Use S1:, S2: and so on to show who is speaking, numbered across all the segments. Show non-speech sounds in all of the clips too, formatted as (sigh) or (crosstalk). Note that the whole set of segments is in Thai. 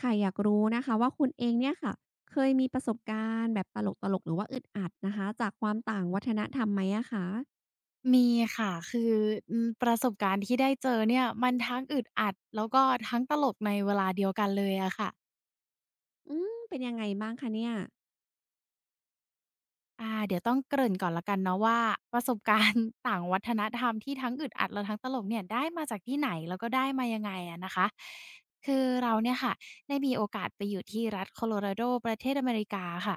S1: ค่ะอยากรู้นะคะว่าคุณเองเนี่ยค่ะเคยมีประสบการณ์แบบตลกๆหรือว่าอึดอัดนะคะจากความต่างวัฒนธรรมไหมอะคะ
S2: มีค่ะคือประสบการณ์ที่ได้เจอเนี่ยมันทั้งอึดอัดแล้วก็ทั้งตลกในเวลาเดียวกันเลยอะค่ะ
S1: เป็นยังไงบ้างคะเนี่ย
S2: เดี๋ยวต้องเกริ่นก่อนละกันเนาะว่าประสบการณ์ (laughs) ต่างวัฒนธรรมที่ทั้งอึดอัดและทั้งตลกเนี่ยได้มาจากที่ไหนแล้วก็ได้มายังไงอะนะคะคือเราเนี่ยค่ะได้มีโอกาสไปอยู่ที่รัฐโคโลราโดประเทศอเมริกาค่ะ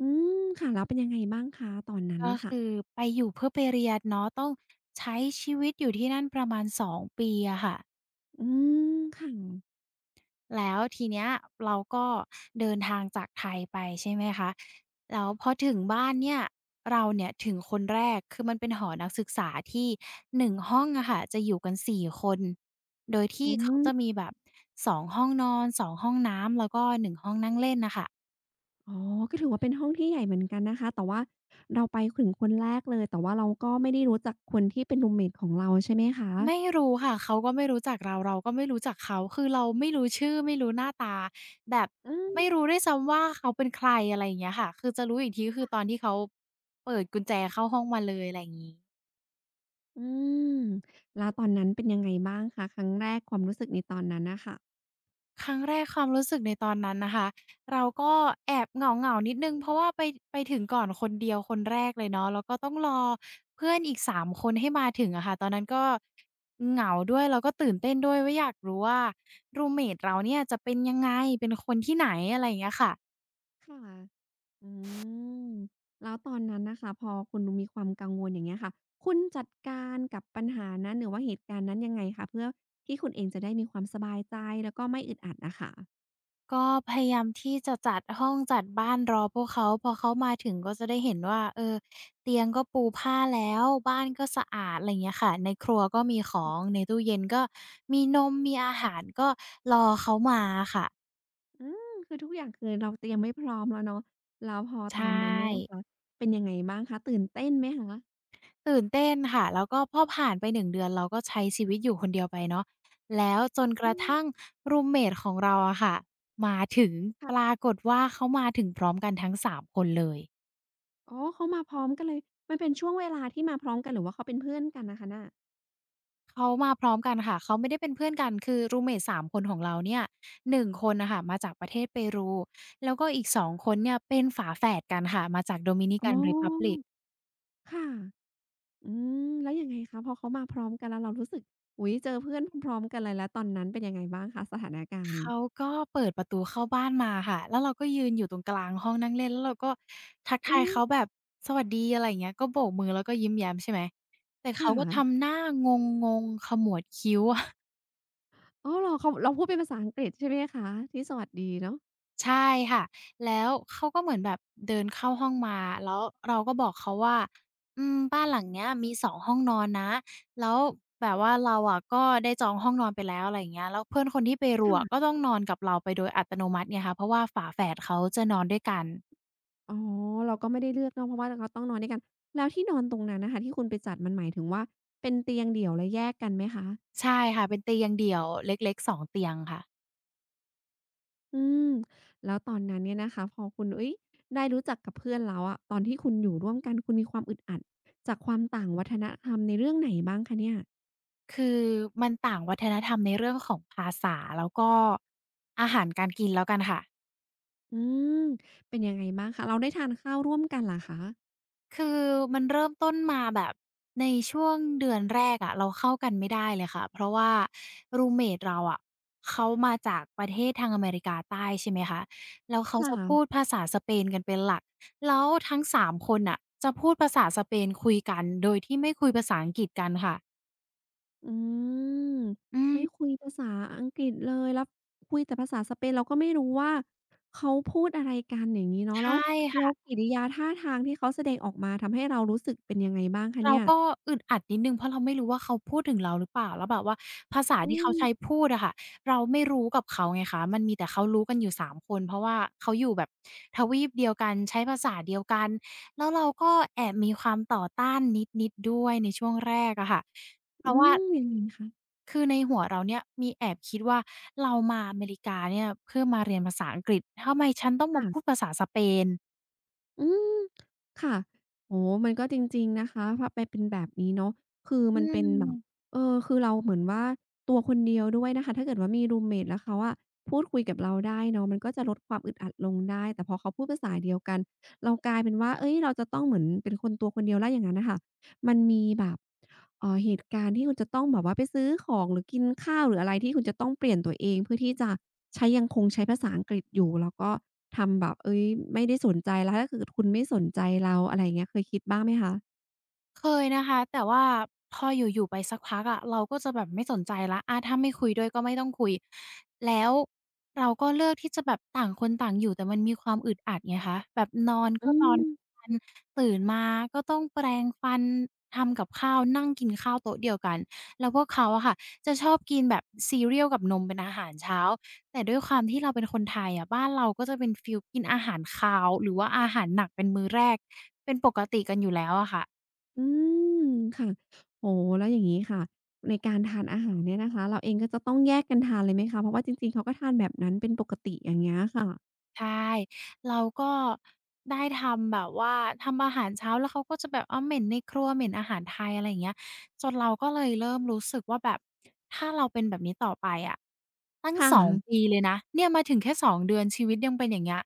S1: อืค่ะแล้วเป็นยังไงบ้างคะตอนนั้น
S2: ก็
S1: น่ะค่ะ
S2: คือไปอยู่เพื่อไปเรียนเนาะต้องใช้ชีวิตอยู่ที่นั่นประมาณสองปีอะค่ะ
S1: อืมค่ะ
S2: แล้วทีเนี้ยเราก็เดินทางจากไทยไปใช่ไหมคะแล้วพอถึงบ้านเนี่ยเราเนี่ยถึงคนแรกคือมันเป็นหอนักศึกษาที่1ห้องอะค่ะจะอยู่กัน4คนโดยที่
S1: อื
S2: เขาจะมี
S1: ม
S2: แบบ2ห้องนอน2ห้องน้ำแล้วก็1ห้องนั่งเล่นน่ะค่ะ
S1: อ๋อก็ถือว่าเป็นห้องที่ใหญ่เหมือนกันนะคะแต่ว่าเราไปถึงคนแรกเลยแต่ว่าเราก็ไม่ได้รู้จักคนที่เป็นรูมเมตของเราใช่ไหมคะ
S2: ไม่รู้ค่ะเขาก็ไม่รู้จักเราเราก็ไม่รู้จักเขาคือเราไม่รู้ชื่อไม่รู้หน้าตาแบบ
S1: อืม
S2: ไม่รู้ด้วยซ้ำว่าเขาเป็นใครอะไรอย่างเงี้ยค่ะคือจะรู้อีกทีก็คือตอนที่เขาเปิดกุญแจเข้าห้องมาเลยอะไรอย่างงี้
S1: อืมแล้วตอนนั้นเป็นยังไงบ้างคะครั้งแรกความรู้สึกในตอนนั้นน่ะค่ะ
S2: ครั้งแรกความรู้สึกในตอนนั้นนะคะเราก็แอบเหงาๆนิดหนึ่งเพราะว่าไปถึงก่อนคนเดียวคนแรกเลยเนาะแล้วก็ต้องรอเพื่อนอีก3คนให้มาถึงอะค่ะตอนนั้นก็เหงาด้วยแล้วก็ตื่นเต้นด้วยว่าอยากรู้ว่ารูมเมตเราเนี่ยจะเป็นยังไงเป็นคนที่ไหนอะไรอย่างเงี้ยค่ะ
S1: ค่ะ อืมแล้วตอนนั้นนะคะพอคุณมีความกังวลอย่างเงี้ยค่ะคุณจัดการกับปัญหานั้นหรือว่าเหตุการณ์นั้นยังไงคะเพื่อที่คุณเองจะได้มีความสบายใจแล้วก็ไม่อึดอัดนะค่ะ
S2: ก็พยายามที่จะจัดห้องจัดบ้านรอพวกเขาพอเขามาถึงก็จะได้เห็นว่าเออเตียงก็ปูผ้าแล้วบ้านก็สะอาดอะไรเงี้ยค่ะในครัวก็มีของในตู้เย็นก็มีนมมีอาหารก็รอเขามาค่ะ
S1: คือทุกอย่างคือเราเตรียมไว้พร้อมแล้วเนาะแล้วพอตอ
S2: ใช่
S1: นนั้นเนี่ยนะคะเป็นยังไงบ้างคะตื่นเต้นไหมคะ
S2: ตื่นเต้นค่ะแล้วก็พอผ่านไปหนึ่งเดือนเราก็ใช้ชีวิตอยู่คนเดียวไปเนาะแล้วจนก
S1: อื
S2: ระ
S1: ม
S2: ทั่งรูมเมตของเราอะค่ะมาถึง
S1: ค่ะ
S2: ปรากฏว่าเขามาถึงพร้อมกันทั้งสามคนเลย
S1: อ๋อเขามาพร้อมกันเลยมันเป็นช่วงเวลาที่มาพร้อมกันหรือว่าเขาเป็นเพื่อนกันนะคะน่ะ
S2: เขามาพร้อมกันค่ะ เขาไม่ได้เป็นเพื่อนกันคือรูมเมต3คนของเราเนี่ยหนึ่งคนน่ะค่ะมาจากประเทศเปรูแล้วก็อีก2คนเนี่ยเป็นฝาแฝดกันค่ะมาจาก
S1: อ๋
S2: Dominican
S1: อ
S2: Republic
S1: ค่ะ อืแล้วยังไงคะพอเขามาพร้อมกันแล้วเรารู้สึกอุ๊ยเจอเพื่อนพร้อมๆกันเลยแล้วตอนนั้นเป็นยังไงบ้างคะสถานการณ์
S2: เขาก็เปิดประตูเข้าบ้านมาค่ะแล้วเราก็ยืนอยู่ตรงกลางห้องนั่งเล่นแล้วเราก็ทัก
S1: อื
S2: ทาย
S1: ม
S2: เขาแบบสวัสดีอะไรอย่างเงี้ยก็โบกมือแล้วก็ยิ้มแย้มใช่ไหมแต่
S1: ค่
S2: เขาก็ทำ
S1: ะ
S2: หน้างงๆขมวดคิ้ว
S1: อ๋อเหรอเขาเราพูดเป็นภาษาอังกฤษใช่ไหมคะที่สวัสดีเนาะ
S2: ใช่ค่ะแล้วเขาก็เหมือนแบบเดินเข้าห้องมาแล้วเราก็บอกเขาว่าบ้านหลังเนี้ยมีสองห้องนอนนะแล้วแบบว่าเราอะก็ได้จองห้องนอนไปแล้วอะไรอย่างเงี้ยแล้วเพื่อนคนที่เปรู
S1: ค่
S2: อะก็
S1: ะ
S2: ต้องนอนกับเราไปโดยอัตโนมัติไงคะเพราะว่าฝาแฝดเขาจะนอนด้วยกัน
S1: อ๋อเราก็ไม่ได้เลือกเนาะเพราะว่าเขาต้องนอนด้วยกันแล้วที่นอนตรงนั้นน่ะค่ะที่คุณไปจัดมันหมายถึงว่าเป็นเตียงเดี่ยวและแยกกันไหมคะ
S2: ใช่ค่ะเป็นเตียงเดี่ยวเล็กๆสองเตียงค่ะ
S1: อืมแล้วตอนนั้นเนี่ยนะคะพอคุณอุ๊ยได้รู้จักกับเพื่อนแล้วอะตอนที่คุณอยู่ร่วมกันคุณมีความอึดอัดจากความต่างวัฒนธรรมในเรื่องไหนบ้างคะเนี่ย
S2: คือมันต่างวัฒนธรรมในเรื่องของภาษาแล้วก็อาหารการกินแล้วกันค่ะ
S1: อืมเป็นยังไงบ้างคะเราได้ทานข้าวร่วมกันเหรอคะ
S2: คือมันเริ่มต้นมาแบบในช่วงเดือนแรกอะเราเข้ากันไม่ได้เลยค่ะเพราะว่ารูมเมตเราอะเขามาจากประเทศทางอเมริกาใต้ใช่ไหมคะแล้วเขา
S1: ค่ะ
S2: จะพูดภาษาสเปนกันเป็นหลักแล้วทั้ง3คนน่ะจะพูดภาษาสเปนคุยกันโดยที่ไม่คุยภาษาอังกฤษกันค่ะ
S1: อืม
S2: อื
S1: ไม่
S2: ม
S1: คุยภาษาอังกฤษเลยแล้วคุยแต่ภาษาสเปนเราก็ไม่รู้ว่าเขาพูดอะไรกันอย่างงี้เนาะแล้
S2: ใช่
S1: วแล้ว
S2: ค่ะ
S1: กิริยาท่าทางที่เขาแสดงออกมาทำให้เรารู้สึกเป็นยังไงบ้างคะ
S2: เรา
S1: เนี่ย
S2: ก็อึดอัดนิดหนึ่งเพราะเราไม่รู้ว่าเขาพูดถึงเราหรือเปล่าแล้วแบบว่าภาษา
S1: อื
S2: ที่เขา
S1: ม
S2: ใช้พูดอะค่ะเราไม่รู้กับเขาไงคะมันมีแต่เขารู้กันอยู่3คนเพราะว่าเขาอยู่แบบทวีปเดียวกันใช้ภาษาเดียวกันแล้วเราก็แอบมีความต่อต้านนิดๆด้วยในช่วงแรกอะค่ะเพ
S1: อื
S2: ราะว่า
S1: มยังไงคะ
S2: คือในหัวเราเนี่ยมีแอบคิดว่าเรามาอเมริกาเนี่ยเพื่อมาเรียนภาษาอังกฤษทำไมฉันต้องมาพูด
S1: ค่ะ
S2: ภาษาสเปน
S1: อืมค่ะโอ้โฮมันก็จริงๆนะคะพอไปเป็นแบบนี้เนาะคือ
S2: อื
S1: มันเป็
S2: ม
S1: นแบบเออคือเราเหมือนว่าตัวคนเดียวด้วยนะคะถ้าเกิดว่ามีรูมเมตแล้วเขาอะพูดคุยกับเราได้เนาะมันก็จะลดความอึดอัดลงได้แต่พอเขาพูดภาษาเดียวกันเรากลายเป็นว่าเฮ้ยเราจะต้องเหมือนเป็นคนตัวคนเดียวแล้วอย่างนั้นน่ะค่ะ มันมีแบบเหตุการณ์ที่คุณจะต้องแบบว่าไปซื้อของหรือกินข้าวหรืออะไรที่คุณจะต้องเปลี่ยนตัวเองเพื่อที่จะใช้ยังคงใช้ภาษาอังกฤษอยู่แล้วก็ทำแบบเฮ้ยไม่ได้สนใจแล้วถ้าเกิดคุณไม่สนใจเราอะไรอย่างเงี้ยเคยคิดบ้างไหมคะ
S2: เคยนะคะแต่ว่าพออยู่ๆไปสักพักอะเราก็จะแบบไม่สนใจแล้วถ้าไม่คุยด้วยก็ไม่ต้องคุยแล้วเราก็เลือกที่จะแบบต่างคนต่างอยู่แต่มันมีความอึดอัดไงคะแบบนอน
S1: อื
S2: ก็นอน
S1: ม
S2: กันตื่นมาก็ต้องแปรงฟันทำกับข้าวนั่งกินข้าวโต๊ะเดียวกันแล้วพวกเขาอะค่ะจะชอบกินแบบซีเรียลกับนมเป็นอาหารเช้าแต่ด้วยความที่เราเป็นคนไทยอะบ้านเราก็จะเป็นฟีลกินอาหารคาวหรือว่าอาหารหนักเป็นมื้อแรกเป็นปกติกันอยู่แล้วอะค่ะ
S1: อืมค่ะโอ้โฮแล้วอย่างงี้ค่ะในการทานอาหารเนี่ยนะคะเราเองก็จะต้องแยกกันทานเลยไหมคะเพราะว่าจริงๆเขาก็ทานแบบนั้นเป็นปกติอย่างเงี้ยค่ะ
S2: ใช่เราก็ได้ทำแบบว่าทำอาหารเช้าแล้วเขาก็จะแบบอ้าวเหม็นในครัวเหม็นอาหารไทยอะไรอย่างเงี้ยจนเราก็เลยเริ่มรู้สึกว่าแบบถ้าเราเป็นแบบนี้ต่อไปอะตั้ง
S1: ค่ะ
S2: 2ปีเลยนะเนี่ยมาถึงแค่2เดือนชีวิตยังเป็นอย่างเงี้ย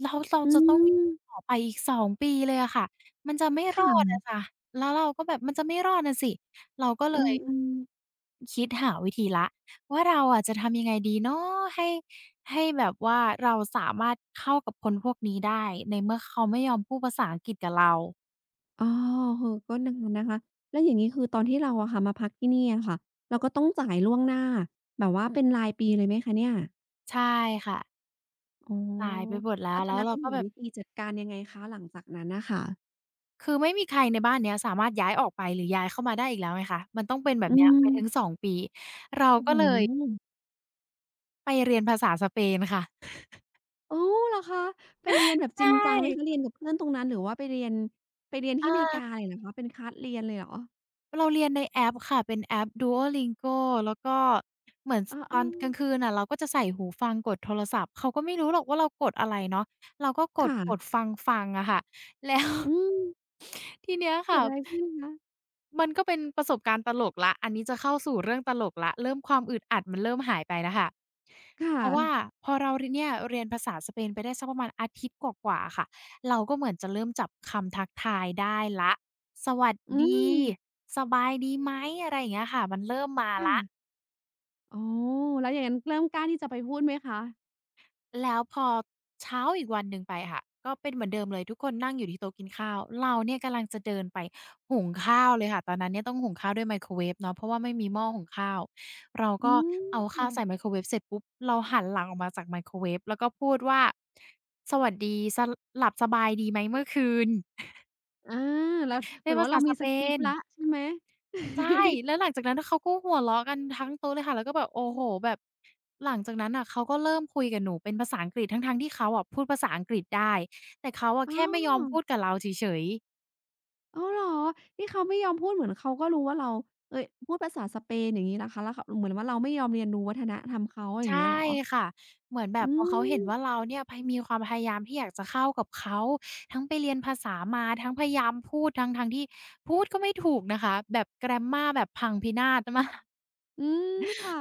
S2: แล้วเรา
S1: อื
S2: จะต้องอยู่
S1: ม
S2: ต่อไปอีกสองปีเลยอะค่ะมันจะไม่รอด
S1: ค่ะ
S2: อะค่ะแล้วเราก็แบบมันจะไม่รอดน่ะสิเราก็เล
S1: อื
S2: ย
S1: มๆ
S2: คิดหาวิธีละว่าเราอะจะทำยังไงดีเนาะให้ให้แบบว่าเราสามารถเข้ากับคนพวกนี้ได้ในเมื่อเขาไม่ยอมพูดภาษาอังกฤษกับเรา
S1: อ๋อเออก็นานนะคะแล้วอย่างงี้คือตอนที่เราอะค่ะมาพักที่นี่อะค่ะ เราก็ต้องจ่ายล่วงหน้า แบบว่าอืเป็มนรายปีเลยไหมคะเนี่ย
S2: ใช่ค่ะ
S1: อ๋อ
S2: สายไปหมดแล้
S1: แล้
S2: ว
S1: วตอ
S2: แล้
S1: น
S2: ว
S1: นั้น
S2: เรา
S1: คุณ
S2: ก็
S1: หา
S2: แบบ
S1: วิธีจัดการยังไงคะหลังจากนั้นน่ะค่ะ
S2: คือไม่มีใครในบ้านเนี้ยสามารถย้ายออกไปหรือย้ายเข้ามาได้อีกแล้วไงคะมันต้องเป็นแบบ
S1: อื
S2: เนี้ยไปถึงส
S1: ม
S2: องปีเรา
S1: โอ้โ
S2: ก็เลย
S1: ฮ
S2: ไปเรียนภาษาสเปนค่ะ
S1: อ๋อเหรอคะไปเรียนแบบจ
S2: ใช่
S1: ริงจังไหมคะเรียนกับเพื่อนตรงนั้นหรือว่าไปเรียน ไปเรียนที่
S2: อา
S1: อเมริกาเลยเหรอคะเป็นคลาสเรียนเลยเหรอ
S2: เราเรียนในแอปค่ะเป็นแอป Duolingo แล้วก็เหมือนสตอนก
S1: อา
S2: ลางคืนน่ะเราก็จะใส่หูฟังกดโทรศัพท์เขาก็ไม่รู้หรอกว่าเรากดอะไรเนาะเราก็ก
S1: ๆ
S2: ดกด
S1: ค่ะ
S2: ฟังอะค่ะแล้ว
S1: อืม
S2: (laughs) ทีเนี้ย
S1: เกิ
S2: ค่ะ
S1: ดอะไรขึ้นคะ
S2: มันก็เป็นประสบการณ์ตลกแล้วอันนี้จะเข้าสู่เรื่องตลกแล้วเริ่มความอึดอัดมันเริ่มหายไปแล้วค่ะ
S1: ค่ะ
S2: เพราะว่าพอเราเนี่ยเรียนภาษาสเปนไปได้สักประมาณอาทิตย์กว่าๆค่ะเราก็เหมือนจะเริ่มจับคำทักทายได้แล้วสวัส
S1: อื
S2: ดี
S1: ม
S2: สบายดีไหมอะไรอย่างเงี้ยค่ะมันเริ่มมาแล้ว
S1: ค่ะอ๋อแล้วอย่างงั้นเริ่มกล้าที่จะไปพูดไหมคะ
S2: แล้วพอเช้าอีกวันหนึ่งไปค่ะก็เป็นเหมือนเดิมเลยทุกคนนั่งอยู่ที่โต๊ะกินข้าวเราเนี่ยกำลังจะเดินไปหุงข้าวเลยค่ะตอนนั้นเนี่ยต้องหุงข้าวด้วยไมโครเวฟเนาะเพราะว่าไม่มีหม้อหุงข้าวเรา
S1: อื
S2: ก็
S1: ม
S2: เอาข้าว
S1: ค่ะ
S2: ใส่ไมโครเวฟเสร็จปุ๊บเราหันหลังออกมาจากไมโครเวฟแล้วก็พูดว่าสวัสดีสหลับสบายดีไหมเมื่อคืน
S1: อาเราเห
S2: เป็
S1: มื
S2: น
S1: อน
S2: ภา
S1: ว่า
S2: ษา
S1: เรา
S2: ส
S1: มีส
S2: เป
S1: กริป
S2: น
S1: ต์แล้วใช่ไหม
S2: ใช่แล้ว
S1: (laughs)
S2: หลังจากนั้นเขาก็หัวเราะกันทั้งโต๊ะเลยค่ะแล้วก็แบบโอ้โฮแบบหลังจากนั้นน่ะเขาก็เริ่มคุยกับหนูเป็นภาษาอังกฤษทั้งๆที่เขาอะพูดภาษาอังกฤษได้แต่เขาอะ
S1: อ้
S2: แค่ไม่ยอ
S1: อ
S2: มพูดกับเราเฉยๆ
S1: อ้าวเหรอที่เขาไม่ยอมพูดเหมือนเขาก็รู้ว่าเราเอ๊ยพูดภาษาสเปนอย่างงี้เหรอคะแล้วเขาเหมือนว่าเราไม่ยอมเรียนรู้วัฒนธรรมเขาอย่าง
S2: ใช่
S1: เงี้ยเหรอ
S2: ค่ะเหมือนแบบ
S1: อื
S2: พอเขาเห็นว่า
S1: ม
S2: เราเนี่ยพมีความพยายามที่อยากจะเข้ากับเขาทั้งไปเรียนภาษามาทั้งพยายามพูดทั้งๆที่พูดก็ไม่ถูกนะคะแบบ grammar แบบพังพินาศมาก (laughs)
S1: อืมค่ะ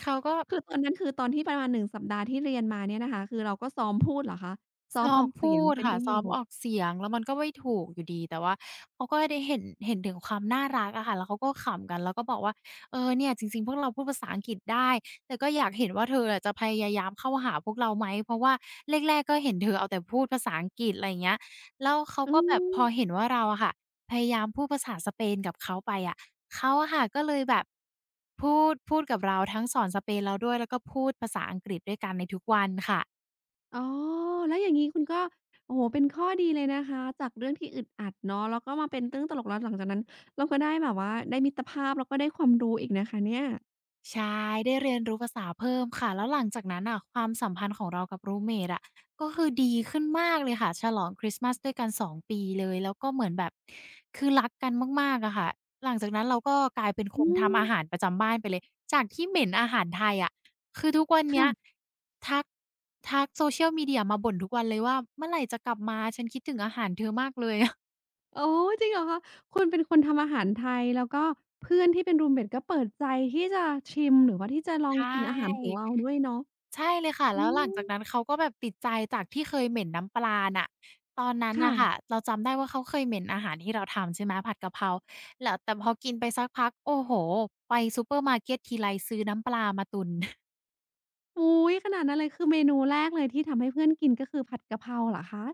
S2: เขาก็
S1: คือตอนนั้นคือตอนที่ประมาณหนึ่งสัปดาห์ที่เรียนมาเนี่ยนะคะคือเราก็ซ้อมพูดเหรอคะซ้อม
S2: ซ้อ
S1: อ
S2: ม
S1: อกเสี
S2: พู
S1: ยง
S2: ด
S1: เป็น
S2: ค่ะ
S1: ประโย
S2: ซ้อมอ
S1: ค
S2: อกเสียงแล้วมันก็ไม่ถูกอยู่ดีแต่ว่าเขาก็ได้เห็นถึงความน่ารักอะค่ะแล้วเขาก็ขำกันแล้วก็บอกว่าเออเนี่ยจริงๆพวกเราพูดภาษาอังกฤษได้แต่ก็อยากเห็นว่าเธออะจะพยายามเข้าหาพวกเราไหมเพราะว่าแรกๆก็เห็นเธอเอาแต่พูดภาษาอังกฤษอะไรอย่างเงี้ยแล้วเขา
S1: อื
S2: ก็แบบพอ
S1: ม
S2: เห็นว่าเราอะค่ะพยายามพูดภาษาสเปนกับเขาไปอะเขาอะค่ะก็เลยแบบพูดกับเราทั้งสอนสเปนเราด้วยแล้วก็พูดภาษาอังกฤษด้วยกันในทุกวันค่ะ
S1: อ๋อ แล้วอย่างนี้คุณก็โอ้โฮเป็นข้อดีเลยนะคะจากเรื่องที่อึดอัดเนาะแล้วก็มาเป็นเรื่องตลกแล้วหลังจากนั้นเราก็ได้แบบว่าได้มิตรภาพแล้วก็ได้ความรู้อีกนะคะเนี่ย
S2: ใช่ได้เรียนรู้ภาษาเพิ่มค่ะแล้วหลังจากนั้นน่ะความสัมพันธ์ของเรากับรูมเมตอะก็คือดีขึ้นมากเลยค่ะฉลองคริสต์มาสด้วยกัน2ปีเลยแล้วก็เหมือนแบบคือรักกันมากๆอะค่ะหลังจากนั้นเราก็กลายเป็นค
S1: อื
S2: น
S1: ม
S2: ทำอาหารประจำบ้านไปเลยจากที่เหม็นอาหารไทยอะคือทุกวันเนี้
S1: ค่ะ
S2: ยทักทัก social media มาบ่นทุกวันเลยว่าเมื่อไหร่จะกลับมาฉันคิดถึงอาหารเธอมากเลย
S1: โอ้จริงเหรอคะคุณเป็นคนทำอาหารไทยแล้วก็เพื่อนที่เป็นรูมเมตก็เปิดใจที่จะชิมหรือว่าที่จะลอง
S2: ใช่
S1: กินอาหารของเราด้วยเนาะ
S2: ใช่เลยค่ะ
S1: อื
S2: แล้วหลังจา
S1: ม
S2: กนั้นเขาก็แบบติดใจจากที่เคยเหม็นน้ำปลาน่ะตอนนั้นน่ะค่ะ
S1: ค่ะ
S2: เราจำได้ว่าเขาเคยเหม็นอาหารที่เราทำใช่ไหมผัดกะเพราแล้วแต่พอกินไปสักพักโอ้โฮไปซูเปอร์มาร์เก็ตทีไรซื้อน้ำปลามาตุน
S1: อุ๊ยขนาดนั้นเลยคือเมนูแรกเลยที่ทำให้เพื่อนกินก็คือผัดกะเพราเหรอคะ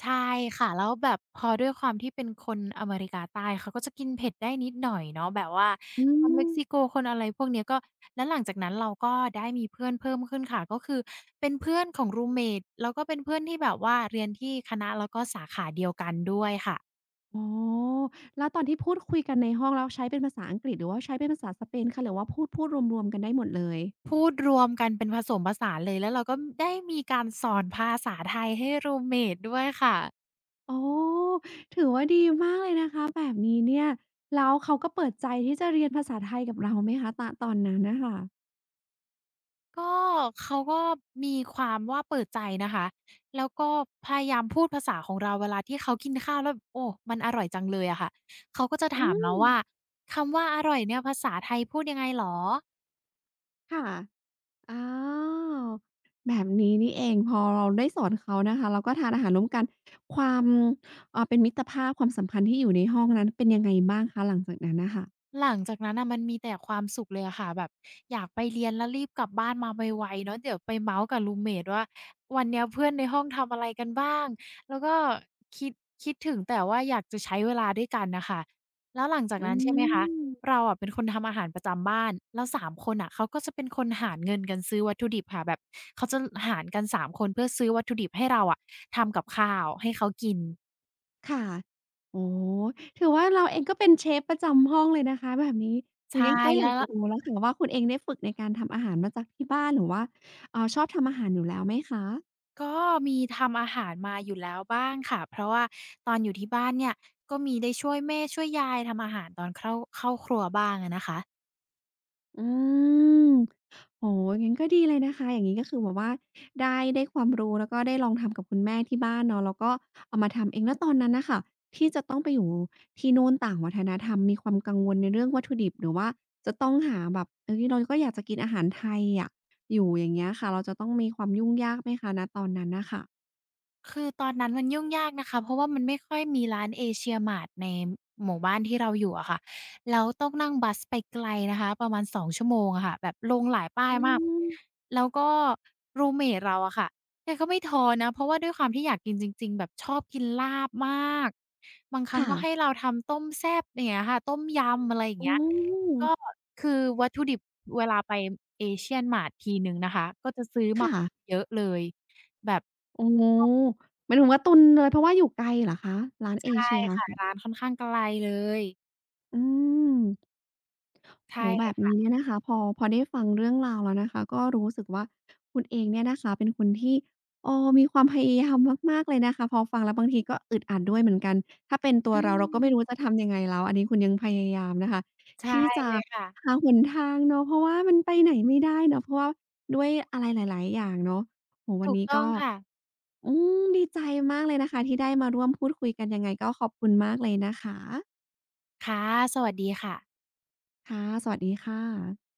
S2: ใช่ค่ะแล้วแบบพอด้วยความที่เป็นคนอเมริกาใต้เขาก็จะกินเผ็ดได้นิดหน่อยเนาะแบบว่า
S1: อื
S2: คนเม็ก
S1: ม
S2: ซิโกคนอะไรพวกเนี้ยก็แล้วหลังจากนั้นเราก็ได้มีเพื่อนเพิ่มขึ้นค่ะก็คือเป็นเพื่อนของรูมเมตแล้วก็เป็นเพื่อนที่แบบว่าเรียนที่คณะแล้วก็สาขาเดียวกันด้วยค่ะ
S1: อ๋อแล้วตอนที่พูดคุยกันในห้องแล้วใช้เป็นภาษาอังกฤษหรือว่าใช้เป็นภาษาสเปนคะหรือว่าพูดรวมๆกันได้หมดเลย
S2: พูดรวมกันเป็นผสมผสานเลยแล้วเราก็ได้มีการสอนภาษาไทยให้รูมเมตด้วยค่ะ
S1: อ๋อถือว่าดีมากเลยนะคะแบบนี้เนี่ยแล้วเขาก็เปิดใจที่จะเรียนภาษาไทยกับเราไหมคะตะตอนนั้นน่ะค่ะ
S2: ก็เขาก็มีความว่าเปิดใจนะคะแล้วก็พยายามพูดภาษาของเราเวลาที่เขากินข้าวแล้วโอ้มันอร่อยจังเลยอะค่ะเขาก็จะ
S1: อื
S2: ถามเรา
S1: ม
S2: ว่าคำว่าอร่อยเนี่ยภาษาไทยพูดยังไงเหรอ
S1: ค่ะอ้าวแบบนี้นี่เองพอเราได้สอนเขานะคะแล้วก็ทานอาหารร่วมกันความเป็นมิตรภาพความสัมพันธ์ที่อยู่ในห้องนั้นเป็นยังไงบ้างคะหลังจากนั้นน่ะค่ะ
S2: หลังจากนั้นน่ะมันมีแต่ความสุขเลยอะค่ะแบบอยากไปเรียนแล้วรีบกลับบ้านมาไวๆเนาะเดี๋ยวไปเมาท์กับรูมเมตว่าวันเนี้ยเพื่อนในห้องทำอะไรกันบ้างแล้วก็คิดคิดถึงแต่ว่าอยากจะใช้เวลาด้วยกันน่ะค่ะแล้วหลังจาก
S1: อื
S2: นั้นใช่ไหมคะ
S1: ม
S2: เราอะเป็นคนทำอาหารประจำบ้านแล้วสามคนน่ะเขาก็จะเป็นคนหารเงินกันซื้อวัตถุดิบค่ะแบบเขาจะหารกันสามคนเพื่อซื้อวัตถุดิบให้เราอะทำกับข้าวให้เขากิน
S1: ค่ะ โอโอถือว่าเราเองก็เป็นเชฟประจำห้องเลยนะคะแบบนี้โอุย
S2: ใช่
S1: งั้นก็อ
S2: แล้
S1: ยาก
S2: ว
S1: จะรู้แล้วค่ะว่าคุณเองได้ฝึกในการทำอาหารมาจากที่บ้านหรือว่าชอบทำอาหารอยู่แล้วไหมคะ
S2: ก็มีทำอาหารมาอยู่แล้วบ้างค่ะเพราะว่าตอนอยู่ที่บ้านเนี่ยก็มีได้ช่วยแม่ช่วยยายทำอาหารตอนเข้าครัวบ้างอะนะคะ
S1: อืม โอ้โฮงั้นก็ดีเลยนะคะอย่างงี้ก็คือแบบว่าได้ความรู้แล้วก็ได้ลองทำกับคุณแม่ที่บ้านเนาะแล้วก็เอามาทำเองแล้วตอนนั้นน่ะค่ะที่จะต้องไปอยู่ที่นู่นต่างวัฒนธรรมมีความกังวลในเรื่องวัตถุดิบหรือว่าจะต้องหาแบบเฮ้ยเราก็อยากจะกินอาหารไทยอะอยู่อย่างเงี้ยค่ะเราจะต้องมีความยุ่งยากไหมคะณตอนนั้นน่ะค่ะ
S2: คือตอนนั้นมันยุ่งยากนะคะเพราะว่ามันไม่ค่อยมีร้านเอเชียมาร์ทในหมู่บ้านที่เราอยู่อะค่ะแล้วต้องนั่งบัสไปไกลนะคะประมาณ2 ชั่วโมงอะค่ะแบบลงหลายป้าย
S1: อื
S2: มาก
S1: ม
S2: แล้วก็รูมเมตเราอะค่ะแกก็ไม่ท้อนะเพราะว่าด้วยความที่อยากกินจริงๆแบบชอบกินลาบมากบางครั้ง
S1: ค่ะ
S2: ก็ให้เราทำต้มแซ่บอย่างเงี้ยค่ะต้มยำอะไรอย่าง
S1: อ๋อ
S2: เงี้ยก็คือวัตถุดิบเวลาไปเอเชียนมาร์ททีหนึ่งนะคะก็จะซื้อมา
S1: ค่ะ
S2: เยอะเลยแบบ
S1: โอ้โฮหมายถึงว่าตุนเลยเพราะว่าอยู่ไกลเหรอคะร้านเอ
S2: ใช่
S1: เชีย
S2: ค่ะร้านค่อนข้างไกลเลย
S1: อืม
S2: ใช่
S1: โอ้โฮ
S2: เล
S1: แบบ
S2: ย
S1: นี้เนี่ยนะคะพอได้ฟังเรื่องราวแล้วนะคะก็รู้สึกว่าคุณเองเนี่ยนะคะเป็นคนที่มีความพยายามมากๆเลยนะคะพอฟังแล้วบางทีก็อึดอัดด้วยเหมือนกันถ้าเป็นตัว
S2: อื
S1: เราเราก็ไม่รู้
S2: ม
S1: จะทำยังไงแล้วอันนี้คุณยังพยายามนะคะ
S2: ใช่
S1: ที่จะ
S2: เลยค่ะ
S1: หาหนทางเนาะเพราะว่ามันไปไหนไม่ได้เนาะเพราะว่าด้วยอะไรหลายๆอย่างเนาะโอ้โฮวัน
S2: ถูก
S1: นี้
S2: ต้อง
S1: ก็
S2: ค่ะ
S1: อืมดีใจมากเลยนะคะที่ได้มาร่วมพูดคุยกันยังไงก็ขอบคุณมากเลยนะคะ
S2: ค่ะสวัสดีค่ะ
S1: ค่ะสวัสดีค่ะ